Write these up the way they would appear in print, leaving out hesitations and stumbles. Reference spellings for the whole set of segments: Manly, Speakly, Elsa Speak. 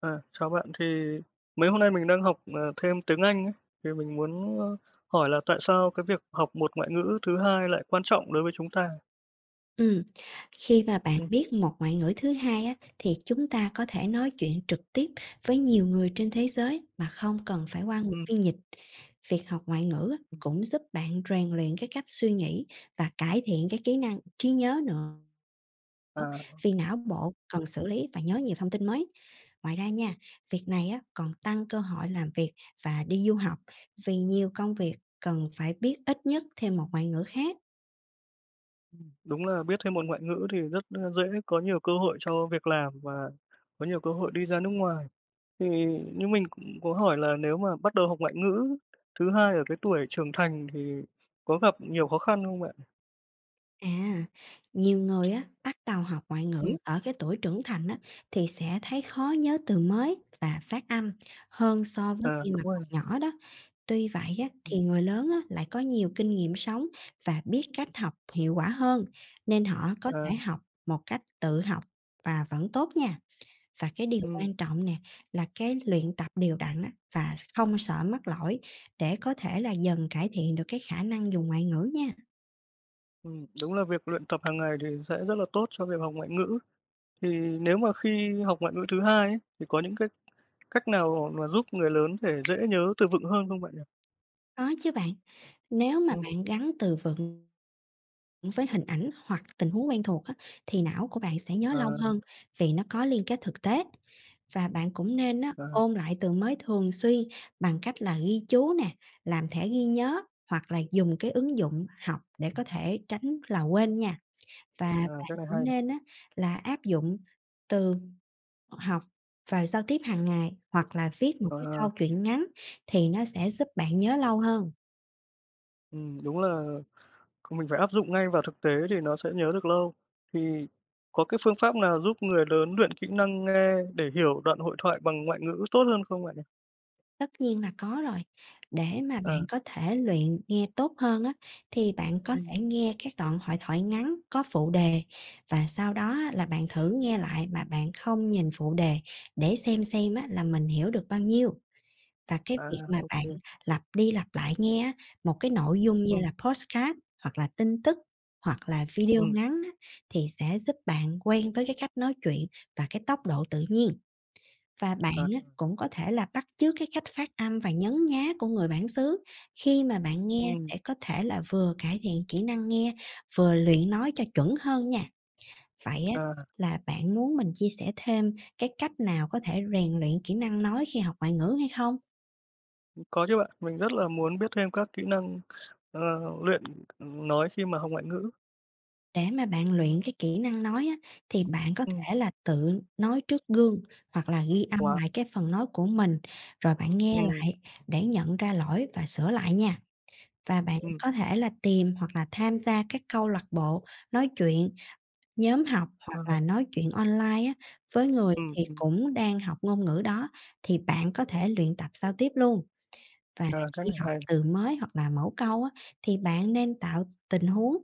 À, chào bạn, thì mấy hôm nay mình đang học thêm tiếng Anh ấy, thì mình muốn hỏi là tại sao cái việc học một ngoại ngữ thứ hai lại quan trọng đối với chúng ta? Ừm, Khi mà bạn Ừm, biết một ngoại ngữ thứ hai á, thì chúng ta có thể nói chuyện trực tiếp với nhiều người trên thế giới mà không cần phải qua người ừm, phiên dịch. Việc học ngoại ngữ á, ừm. cũng giúp bạn rèn luyện cái cách suy nghĩ và cải thiện cái kỹ năng trí nhớ nữa, À, vì não bộ cần xử lý và nhớ nhiều thông tin mới. Ngoài ra nha, việc này á, còn tăng cơ hội làm việc và đi du học vì nhiều công việc cần phải biết ít nhất thêm một ngoại ngữ khác. đúng là biết thêm một ngoại ngữ thì rất dễ có nhiều cơ hội cho việc làm và có nhiều cơ hội đi ra nước ngoài. Thì như mình cũng có hỏi là nếu mà bắt đầu học ngoại ngữ thứ hai ở cái tuổi trưởng thành thì có gặp nhiều khó khăn không bạn? À, nhiều người á, bắt đầu học ngoại Ừm, ngữ ở cái tuổi trưởng thành á, thì sẽ thấy khó nhớ từ mới và phát âm hơn so với à, khi đúng mà rồi. còn nhỏ đó. Tuy vậy á, thì Ừm, người lớn á, lại có nhiều kinh nghiệm sống và biết cách học hiệu quả hơn, nên họ có à, thể học một cách tự học và vẫn tốt nha. Và cái điều ừm. quan trọng nè là cái luyện tập đều đặn á, và không sợ mắc lỗi để có thể là dần cải thiện được cái khả năng dùng ngoại ngữ nha. Đúng là việc luyện tập hàng ngày thì sẽ rất là tốt cho việc học ngoại ngữ. Thì nếu mà khi học ngoại ngữ thứ hai ấy, thì có những cái cách nào mà giúp người lớn để dễ nhớ từ vựng hơn không bạn nhỉ? Có chứ bạn. Nếu mà Ừm, bạn gắn từ vựng với hình ảnh hoặc tình huống quen thuộc á, thì não của bạn sẽ nhớ lâu à, hơn vì nó có liên kết thực tế. Và bạn cũng nên á, à, ôn lại từ mới thường xuyên bằng cách là ghi chú nè, làm thẻ ghi nhớ hoặc là dùng cái ứng dụng học để có thể tránh là quên nha. Và à, bạn cái này cũng hay này. nên á, là áp dụng từ học và giao tiếp hàng ngày, hoặc là viết một cái câu À, chuyện ngắn thì nó sẽ giúp bạn nhớ lâu hơn. Đúng là mình phải áp dụng ngay vào thực tế thì nó sẽ nhớ được lâu. Thì có cái phương pháp nào giúp người lớn luyện kỹ năng nghe để hiểu đoạn hội thoại bằng ngoại ngữ tốt hơn không bạn nhỉ? Tất nhiên là có rồi. Để mà À, bạn có thể luyện nghe tốt hơn á, thì bạn có ừm, thể nghe các đoạn hội thoại ngắn có phụ đề, và sau đó á, là bạn thử nghe lại mà bạn không nhìn phụ đề để xem á, là mình hiểu được bao nhiêu. Và cái à, việc mà ô bạn kê, lặp đi lặp lại nghe á, một cái nội dung như ừm, là podcast hoặc là tin tức hoặc là video ngắn á, thì sẽ giúp bạn quen với cái cách nói chuyện và cái tốc độ tự nhiên. Và bạn à, á, cũng có thể là bắt chước cái cách phát âm và nhấn nhá của người bản xứ khi mà bạn nghe, ừm, để có thể là vừa cải thiện kỹ năng nghe, vừa luyện nói cho chuẩn hơn nha. Vậy á, à. là bạn muốn mình chia sẻ thêm cái cách nào có thể rèn luyện kỹ năng nói khi học ngoại ngữ hay không? Có chứ bạn, mình rất là muốn biết thêm các kỹ năng, ờ, luyện nói khi mà học ngoại ngữ. Để mà bạn luyện cái kỹ năng nói á, thì bạn có Ừm, thể là tự nói trước gương hoặc là ghi âm wow, lại cái phần nói của mình rồi bạn nghe ừm, lại để nhận ra lỗi và sửa lại nha. Và bạn ừm, có thể là tìm hoặc là tham gia các câu lạc bộ, nói chuyện, nhóm học hoặc ờ, là nói chuyện online á, với người ừm, thì ừm, cũng đang học ngôn ngữ đó, thì bạn có thể luyện tập giao tiếp luôn. Và à, cách khi này học hay. từ mới hoặc là mẫu câu á, thì bạn nên tạo tình huống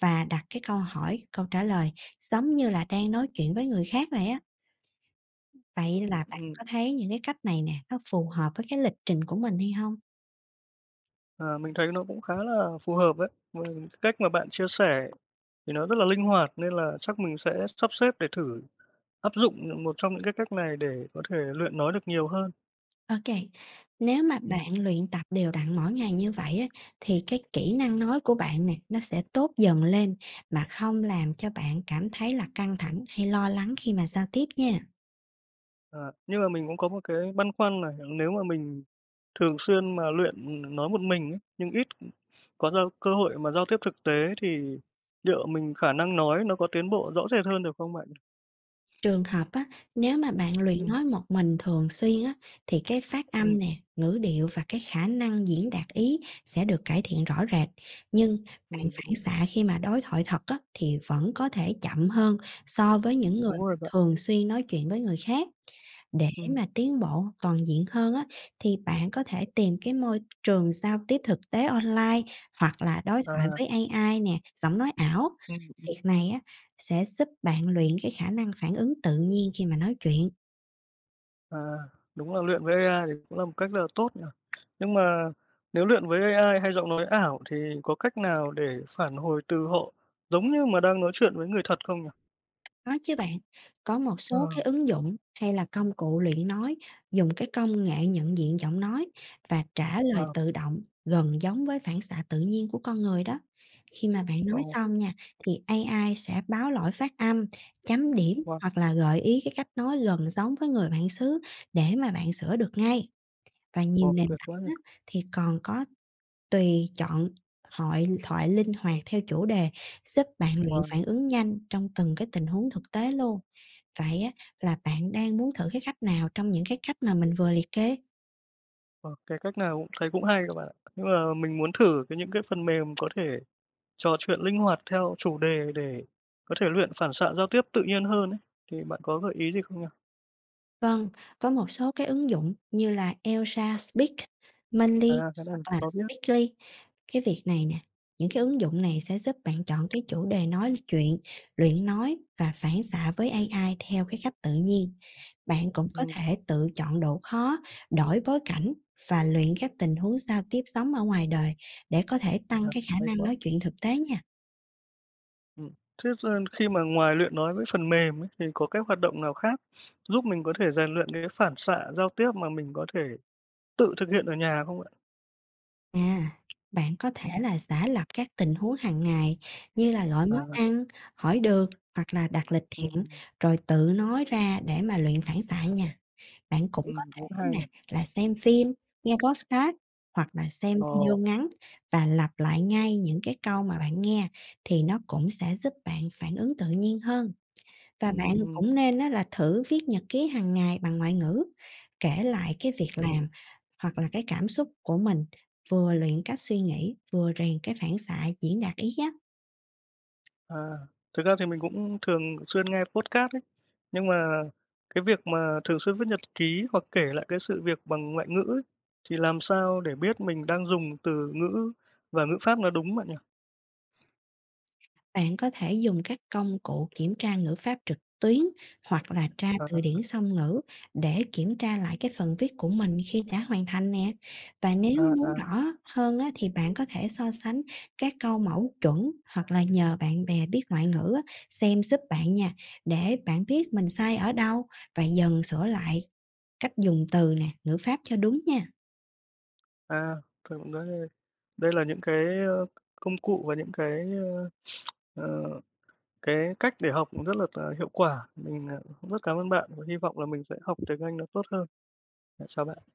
và đặt cái câu hỏi, câu trả lời giống như là đang nói chuyện với người khác vậy á. Vậy Ừm, là bạn ừm, có thấy những cái cách này nè, nó phù hợp với cái lịch trình của mình hay không? ờ, mình thấy nó cũng khá là phù hợp đấy, mà cách mà bạn chia sẻ thì nó rất là linh hoạt nên là chắc mình sẽ sắp xếp để thử áp dụng, một trong những cái cách này để có thể luyện nói được nhiều hơn. Ok, nếu mà Ừm. bạn luyện tập đều đặn mỗi ngày như vậy á, thì cái kỹ năng nói của bạn nè, nó sẽ tốt dần lên mà không làm cho bạn cảm thấy là căng thẳng hay lo lắng khi mà giao tiếp nha. À, nhưng mà mình cũng có một cái băn khoăn này, nếu mà mình thường xuyên mà luyện nói một mình ấy, nhưng ít có giao cơ hội mà giao tiếp thực tế thì liệu mình khả năng nói nó có tiến bộ rõ rệt hơn được không bạn? Trường hợp á, nếu mà bạn luyện Ừm, nói một mình thường xuyên á, thì cái phát âm ừm, nè, ngữ điệu và cái khả năng diễn đạt ý sẽ được cải thiện rõ rệt. Nhưng bạn phản đúng xạ khi mà đối thoại thật á, thì vẫn có thể chậm hơn so với những người đúng mà rồi bạn. thường xuyên nói chuyện với người khác. Để Ừm, mà tiến bộ toàn diện hơn á, thì bạn có thể tìm cái môi trường giao tiếp thực tế online hoặc là đối thoại à, với AI nè, giọng nói ảo. ừm, ừm, Việc này á, sẽ giúp bạn luyện cái khả năng phản ứng tự nhiên khi mà nói chuyện. à, đúng là luyện với AI thì cũng là một cách rất là tốt nhỉ. Nhưng mà nếu luyện với AI hay giọng nói ảo thì có cách nào để phản hồi từ họ giống như mà đang nói chuyện với người thật không nhỉ? Có chứ bạn, có một số cái Ờ, ứng dụng hay là công cụ luyện nói dùng cái công nghệ nhận diện giọng nói và trả lời wow, tự động gần giống với phản xạ tự nhiên của con người đó. Khi mà bạn nói wow, xong nha, thì AI sẽ báo lỗi phát âm, chấm điểm wow. hoặc là gợi ý cái cách nói gần giống với người bản xứ để mà bạn sửa được ngay. Và nhiều Ồ, nền tuyệt tảng quá nhỉ! á, thì còn có tùy chọn hội thoại linh hoạt theo chủ đề, giúp bạn luyện Wow, phản ứng nhanh trong từng cái tình huống thực tế luôn. Vậy á, là bạn đang muốn thử cái cách nào trong những cái cách mà mình vừa liệt kê? ờ, cái cách nào cũng thấy cũng hay các bạn ạ. Nhưng mà mình muốn thử cái những cái phần mềm có thể trò chuyện linh hoạt theo chủ đề để có thể luyện phản xạ giao tiếp tự nhiên hơn ấy, thì bạn có gợi ý gì không nhỉ? Vâng, có một số cái ứng dụng như là Elsa Speak, Manly À, cái này mình hoặc cũng là có biết. Speakly. Cái việc này nè, những cái ứng dụng này sẽ giúp bạn chọn cái chủ đề nói chuyện, luyện nói và phản xạ với AI theo cái cách tự nhiên. Bạn cũng có Ừm, thể tự chọn độ khó, đổi bối cảnh và luyện các tình huống giao tiếp sống ở ngoài đời để có thể tăng à, cái khả hay năng quá. nói chuyện thực tế nha. Ừm. Thế khi mà ngoài luyện nói với phần mềm ấy, thì có cái hoạt động nào khác giúp mình có thể rèn luyện cái phản xạ giao tiếp mà mình có thể tự thực hiện ở nhà không ạ? À, bạn có thể Ừm, là giả lập các tình huống hàng ngày như là gọi món à, ăn, hỏi được hoặc là đặt lịch ừm, hẹn, ừm, rồi tự nói ra để mà luyện phản xạ nha. Bạn cũng có cũng thể hay nè, này. là xem phim, nghe podcast hoặc là xem Ồ, video ngắn và lặp lại ngay những cái câu mà bạn nghe thì nó cũng sẽ giúp bạn phản ứng tự nhiên hơn. Và ừm, bạn ừm, cũng nên á, là thử viết nhật ký hàng ngày bằng ngoại ngữ, kể lại cái việc ừm. làm hoặc là cái cảm xúc của mình, vừa luyện cách suy nghĩ, vừa rèn cái phản xạ diễn đạt ý á. À, thực ra thì mình cũng thường xuyên nghe podcast ấy, nhưng mà cái việc mà thường xuyên viết nhật ký hoặc kể lại cái sự việc bằng ngoại ngữ ấy, thì làm sao để biết mình đang dùng từ ngữ và ngữ pháp nó đúng bạn nhỉ? Bạn có thể dùng các công cụ kiểm tra ngữ pháp trực tuyến hoặc là tra À, từ điển song ngữ để kiểm tra lại cái phần viết của mình khi đã hoàn thành nè. Và nếu à, muốn à, rõ hơn á, thì bạn có thể so sánh các câu mẫu chuẩn hoặc là nhờ bạn bè biết ngoại ngữ á, xem giúp bạn nha, để bạn biết mình sai ở đâu và dần sửa lại cách dùng từ nè, ngữ pháp cho đúng nha. à, thực đây, đây là những cái công cụ và những ờ, cái cách để học cũng rất là hiệu quả. Mình cũng rất cảm ơn bạn và hy vọng là mình sẽ học tiếng Anh nó tốt hơn. Dạ, chào bạn.